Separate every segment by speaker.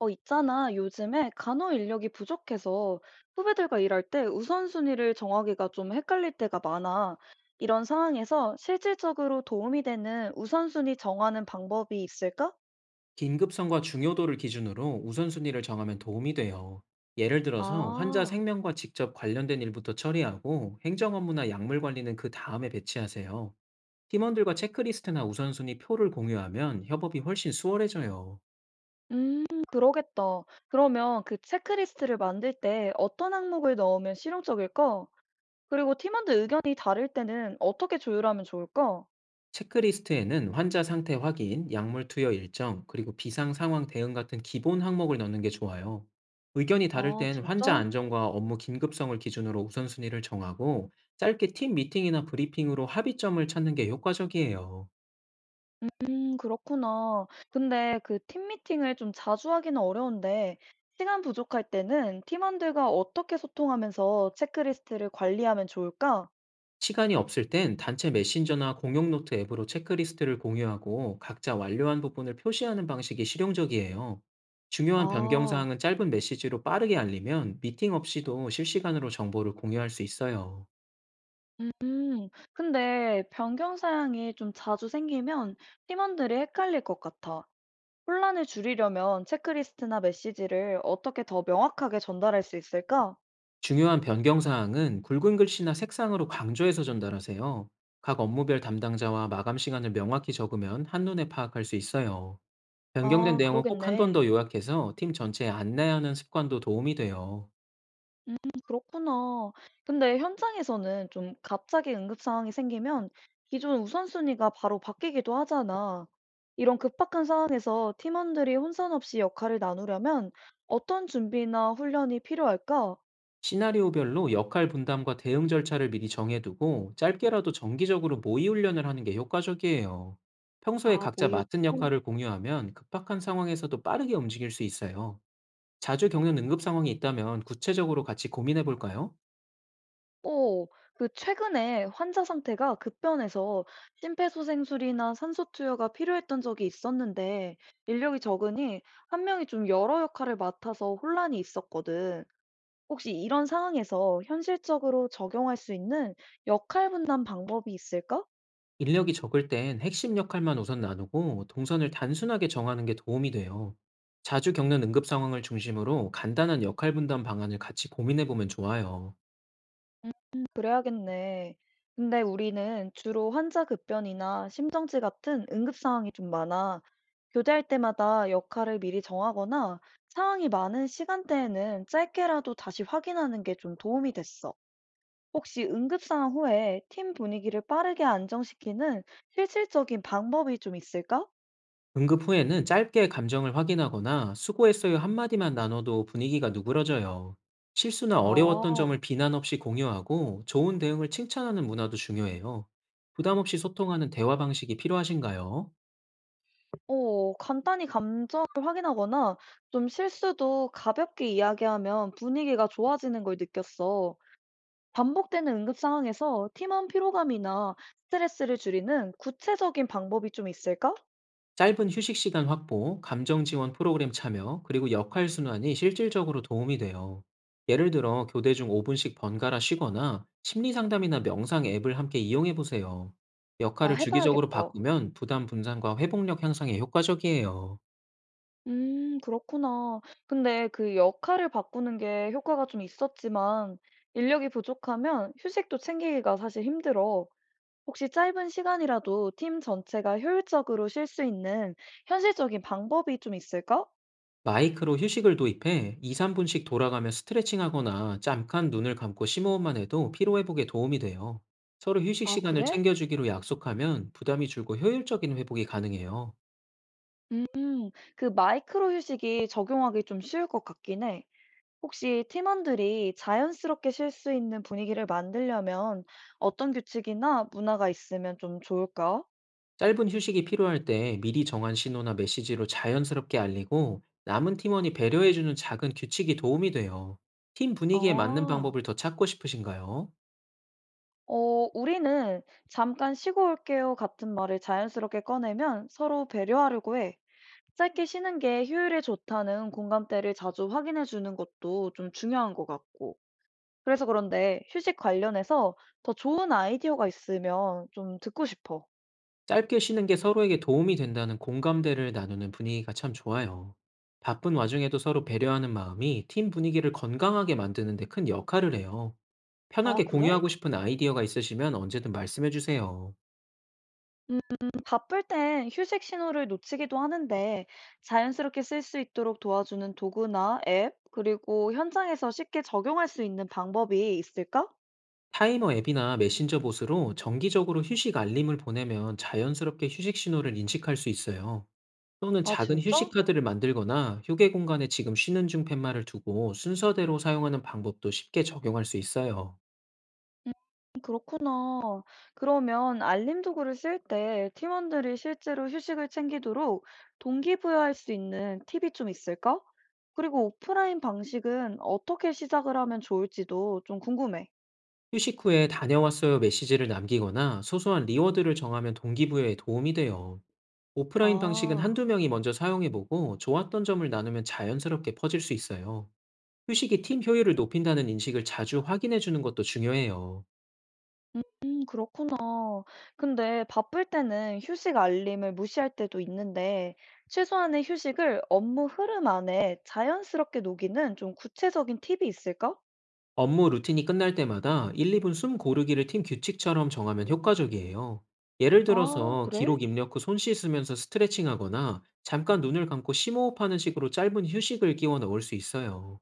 Speaker 1: 있잖아. 요즘에 간호 인력이 부족해서 후배들과 일할 때 우선순위를 정하기가 좀 헷갈릴 때가 많아. 이런 상황에서 실질적으로 도움이 되는 우선순위 정하는 방법이 있을까?
Speaker 2: 긴급성과 중요도를 기준으로 우선순위를 정하면 도움이 돼요. 예를 들어서 환자
Speaker 1: 아,
Speaker 2: 생명과 직접 관련된 일부터 처리하고, 행정 업무나 약물 관리는 그 다음에 배치하세요. 팀원들과 체크리스트나 우선순위 표를 공유하면 협업이 훨씬 수월해져요.
Speaker 1: 음, 그러겠다. 그러면 그 체크리스트를 만들 때 어떤 항목을 넣으면 실용적일까? 그리고 팀원들 의견이 다를 때는 어떻게 조율하면 좋을까?
Speaker 2: 체크리스트에는 환자 상태 확인, 약물 투여 일정, 그리고 비상 상황 대응 같은 기본 항목을 넣는 게 좋아요. 의견이 다를
Speaker 1: 아,
Speaker 2: 땐 환자
Speaker 1: 진짜?
Speaker 2: 안전과 업무 긴급성을 기준으로 우선순위를 정하고, 짧게 팀 미팅이나 브리핑으로 합의점을 찾는 게 효과적이에요.
Speaker 1: 그렇구나. 근데 그 팀 미팅을 좀 자주 하기는 어려운데, 시간 부족할 때는 팀원들과 어떻게 소통하면서 체크리스트를 관리하면 좋을까?
Speaker 2: 시간이 없을 땐 단체 메신저나 공용 노트 앱으로 체크리스트를 공유하고, 각자 완료한 부분을 표시하는 방식이 실용적이에요. 중요한 변경
Speaker 1: 아,
Speaker 2: 사항은 짧은 메시지로 빠르게 알리면 미팅 없이도 실시간으로 정보를 공유할 수 있어요.
Speaker 1: 근데 변경 사항이 좀 자주 생기면 팀원들이 헷갈릴 것 같아. 혼란을 줄이려면 체크리스트나 메시지를 어떻게 더 명확하게 전달할 수 있을까?
Speaker 2: 중요한 변경 사항은 굵은 글씨나 색상으로 강조해서 전달하세요. 각 업무별 담당자와 마감 시간을 명확히 적으면 한눈에 파악할 수 있어요. 변경된
Speaker 1: 아,
Speaker 2: 내용은 꼭 한 번
Speaker 1: 그러겠네.
Speaker 2: 더 요약해서 팀 전체에 안내하는 습관도 도움이 돼요.
Speaker 1: 음 그렇구나. 근데 현장에서는 좀 갑자기 응급 상황이 생기면 기존 우선순위가 바로 바뀌기도 하잖아. 이런 급박한 상황에서 팀원들이 혼선 없이 역할을 나누려면 어떤 준비나 훈련이 필요할까?
Speaker 2: 시나리오별로 역할 분담과 대응 절차를 미리 정해두고, 짧게라도 정기적으로 모의 훈련을 하는 게 효과적이에요. 평소에
Speaker 1: 아,
Speaker 2: 각자
Speaker 1: 모의.
Speaker 2: 맡은 역할을 공유하면 급박한 상황에서도 빠르게 움직일 수 있어요. 자주 겪는 응급 상황이 있다면 구체적으로 같이 고민해 볼까요?
Speaker 1: 오, 그 최근에 환자 상태가 급변해서 심폐소생술이나 산소투여가 필요했던 적이 있었는데 인력이 적으니 한 명이 좀 여러 역할을 맡아서 혼란이 있었거든. 혹시 이런 상황에서 현실적으로 적용할 수 있는 역할 분담 방법이 있을까?
Speaker 2: 인력이 적을 땐 핵심 역할만 우선 나누고, 동선을 단순하게 정하는 게 도움이 돼요. 자주 겪는 응급 상황을 중심으로 간단한 역할 분담 방안을 같이 고민해 보면 좋아요.
Speaker 1: 음. 그래야겠네. 근데 우리는 주로 환자 급변이나 심정지 같은 응급 상황이 좀 많아. 교대할 때마다 역할을 미리 정하거나 상황이 많은 시간대에는 짧게라도 다시 확인하는 게 좀 도움이 됐어. 혹시 응급 상황 후에 팀 분위기를 빠르게 안정시키는 실질적인 방법이 좀 있을까?
Speaker 2: 응급 후에는 짧게 감정을 확인하거나 수고했어요 한마디만 나눠도 분위기가 누그러져요. 실수나
Speaker 1: 아.
Speaker 2: 어려웠던 점을 비난 없이 공유하고, 좋은 대응을 칭찬하는 문화도 중요해요. 부담 없이 소통하는 대화 방식이 필요하신가요?
Speaker 1: 간단히 감정을 확인하거나 좀 실수도 가볍게 이야기하면 분위기가 좋아지는 걸 느꼈어. 반복되는 응급 상황에서 팀원 피로감이나 스트레스를 줄이는 구체적인 방법이 좀 있을까?
Speaker 2: 짧은 휴식 시간 확보, 감정 지원 프로그램 참여, 그리고 역할 순환이 실질적으로 도움이 돼요. 예를 들어 교대 중 5분씩 번갈아 쉬거나, 심리 상담이나 명상 앱을 함께 이용해 보세요.
Speaker 1: 아,
Speaker 2: 역할을 주기적으로
Speaker 1: 해봐야겠다.
Speaker 2: 바꾸면 부담 분산과 회복력 향상에 효과적이에요.
Speaker 1: 그렇구나. 근데 그 역할을 바꾸는 게 효과가 좀 있었지만 인력이 부족하면 휴식도 챙기기가 사실 힘들어. 혹시 짧은 시간이라도 팀 전체가 효율적으로 쉴 수 있는 현실적인 방법이 좀 있을까?
Speaker 2: 마이크로 휴식을 도입해 2, 3분씩 돌아가며 스트레칭하거나 잠깐 눈을 감고 심호흡만 해도 피로 회복에 도움이 돼요. 서로 휴식
Speaker 1: 아,
Speaker 2: 시간을
Speaker 1: 그래?
Speaker 2: 챙겨주기로 약속하면 부담이 줄고 효율적인 회복이 가능해요.
Speaker 1: 음, 그 마이크로 휴식이 적용하기 좀 쉬울 것 같긴 해. 혹시 팀원들이 자연스럽게 쉴 수 있는 분위기를 만들려면 어떤 규칙이나 문화가 있으면 좀 좋을까?
Speaker 2: 짧은 휴식이 필요할 때 미리 정한 신호나 메시지로 자연스럽게 알리고, 남은 팀원이 배려해주는 작은 규칙이 도움이 돼요. 팀 분위기에 맞는
Speaker 1: 아.
Speaker 2: 방법을 더 찾고 싶으신가요?
Speaker 1: 어, 우리는 잠깐 쉬고 올게요 같은 말을 자연스럽게 꺼내면 서로 배려하려고 해. 짧게 쉬는 게 효율에 좋다는 공감대를 자주 확인해 주는 것도 좀 중요한 것 같고. 그래서 그런데 휴식 관련해서 더 좋은 아이디어가 있으면 좀 듣고 싶어.
Speaker 2: 짧게 쉬는 게 서로에게 도움이 된다는 공감대를 나누는 분위기가 참 좋아요. 바쁜 와중에도 서로 배려하는 마음이 팀 분위기를 건강하게 만드는 데 큰 역할을 해요.
Speaker 1: 아,
Speaker 2: 편하게
Speaker 1: 그래?
Speaker 2: 공유하고 싶은 아이디어가 있으시면 언제든 말씀해 주세요.
Speaker 1: 음, 바쁠 땐 휴식 신호를 놓치기도 하는데 자연스럽게 쓸 수 있도록 도와주는 도구나 앱, 그리고 현장에서 쉽게 적용할 수 있는 방법이 있을까?
Speaker 2: 타이머 앱이나 메신저 봇으로 정기적으로 휴식 알림을 보내면 자연스럽게 휴식 신호를 인식할 수 있어요. 또는
Speaker 1: 아,
Speaker 2: 작은 휴식
Speaker 1: 진짜?
Speaker 2: 카드를 만들거나 휴게 공간에 지금 쉬는 중 팻말을 두고 순서대로 사용하는 방법도 쉽게 적용할 수 있어요.
Speaker 1: 그렇구나. 그러면 알림 도구를 쓸 때 팀원들이 실제로 휴식을 챙기도록 동기부여할 수 있는 팁이 좀 있을까? 그리고 오프라인 방식은 어떻게 시작을 하면 좋을지도 좀 궁금해.
Speaker 2: 휴식 후에 다녀왔어요 메시지를 남기거나 소소한 리워드를 정하면 동기부여에 도움이 돼요. 오프라인 방식은
Speaker 1: 아,
Speaker 2: 한두 명이 먼저 사용해보고 좋았던 점을 나누면 자연스럽게 퍼질 수 있어요. 휴식이 팀 효율을 높인다는 인식을 자주 확인해주는 것도 중요해요.
Speaker 1: 그렇구나. 근데 바쁠 때는 휴식 알림을 무시할 때도 있는데, 최소한의 휴식을 업무 흐름 안에 자연스럽게 녹이는 좀 구체적인 팁이 있을까?
Speaker 2: 업무 루틴이 끝날 때마다 1, 2분 숨 고르기를 팀 규칙처럼 정하면 효과적이에요. 예를
Speaker 1: 아,
Speaker 2: 들어서
Speaker 1: 그래?
Speaker 2: 기록 입력 후 손 씻으면서 스트레칭하거나, 잠깐 눈을 감고 심호흡하는 식으로 짧은 휴식을 끼워 넣을 수 있어요.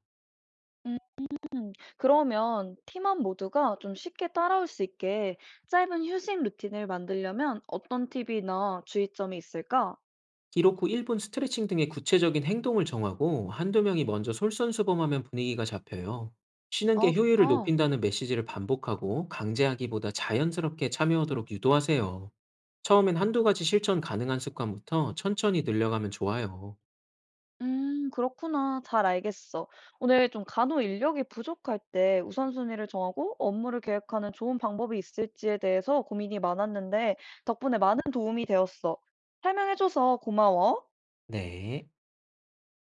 Speaker 1: 그러면 팀원 모두가 좀 쉽게 따라올 수 있게 짧은 휴식 루틴을 만들려면 어떤 팁이나 주의점이 있을까?
Speaker 2: 기록 후 1분 스트레칭 등의 구체적인 행동을 정하고, 한두 명이 먼저 솔선수범하면 분위기가 잡혀요. 쉬는
Speaker 1: 아,
Speaker 2: 게 효율을
Speaker 1: 좋다.
Speaker 2: 높인다는 메시지를 반복하고, 강제하기보다 자연스럽게 참여하도록 유도하세요. 처음엔 한두 가지 실천 가능한 습관부터 천천히 늘려가면 좋아요.
Speaker 1: 그렇구나. 잘 알겠어. 오늘 좀 간호 인력이 부족할 때 우선순위를 정하고 업무를 계획하는 좋은 방법이 있을지에 대해서 고민이 많았는데 덕분에 많은 도움이 되었어. 설명해줘서 고마워.
Speaker 2: 네.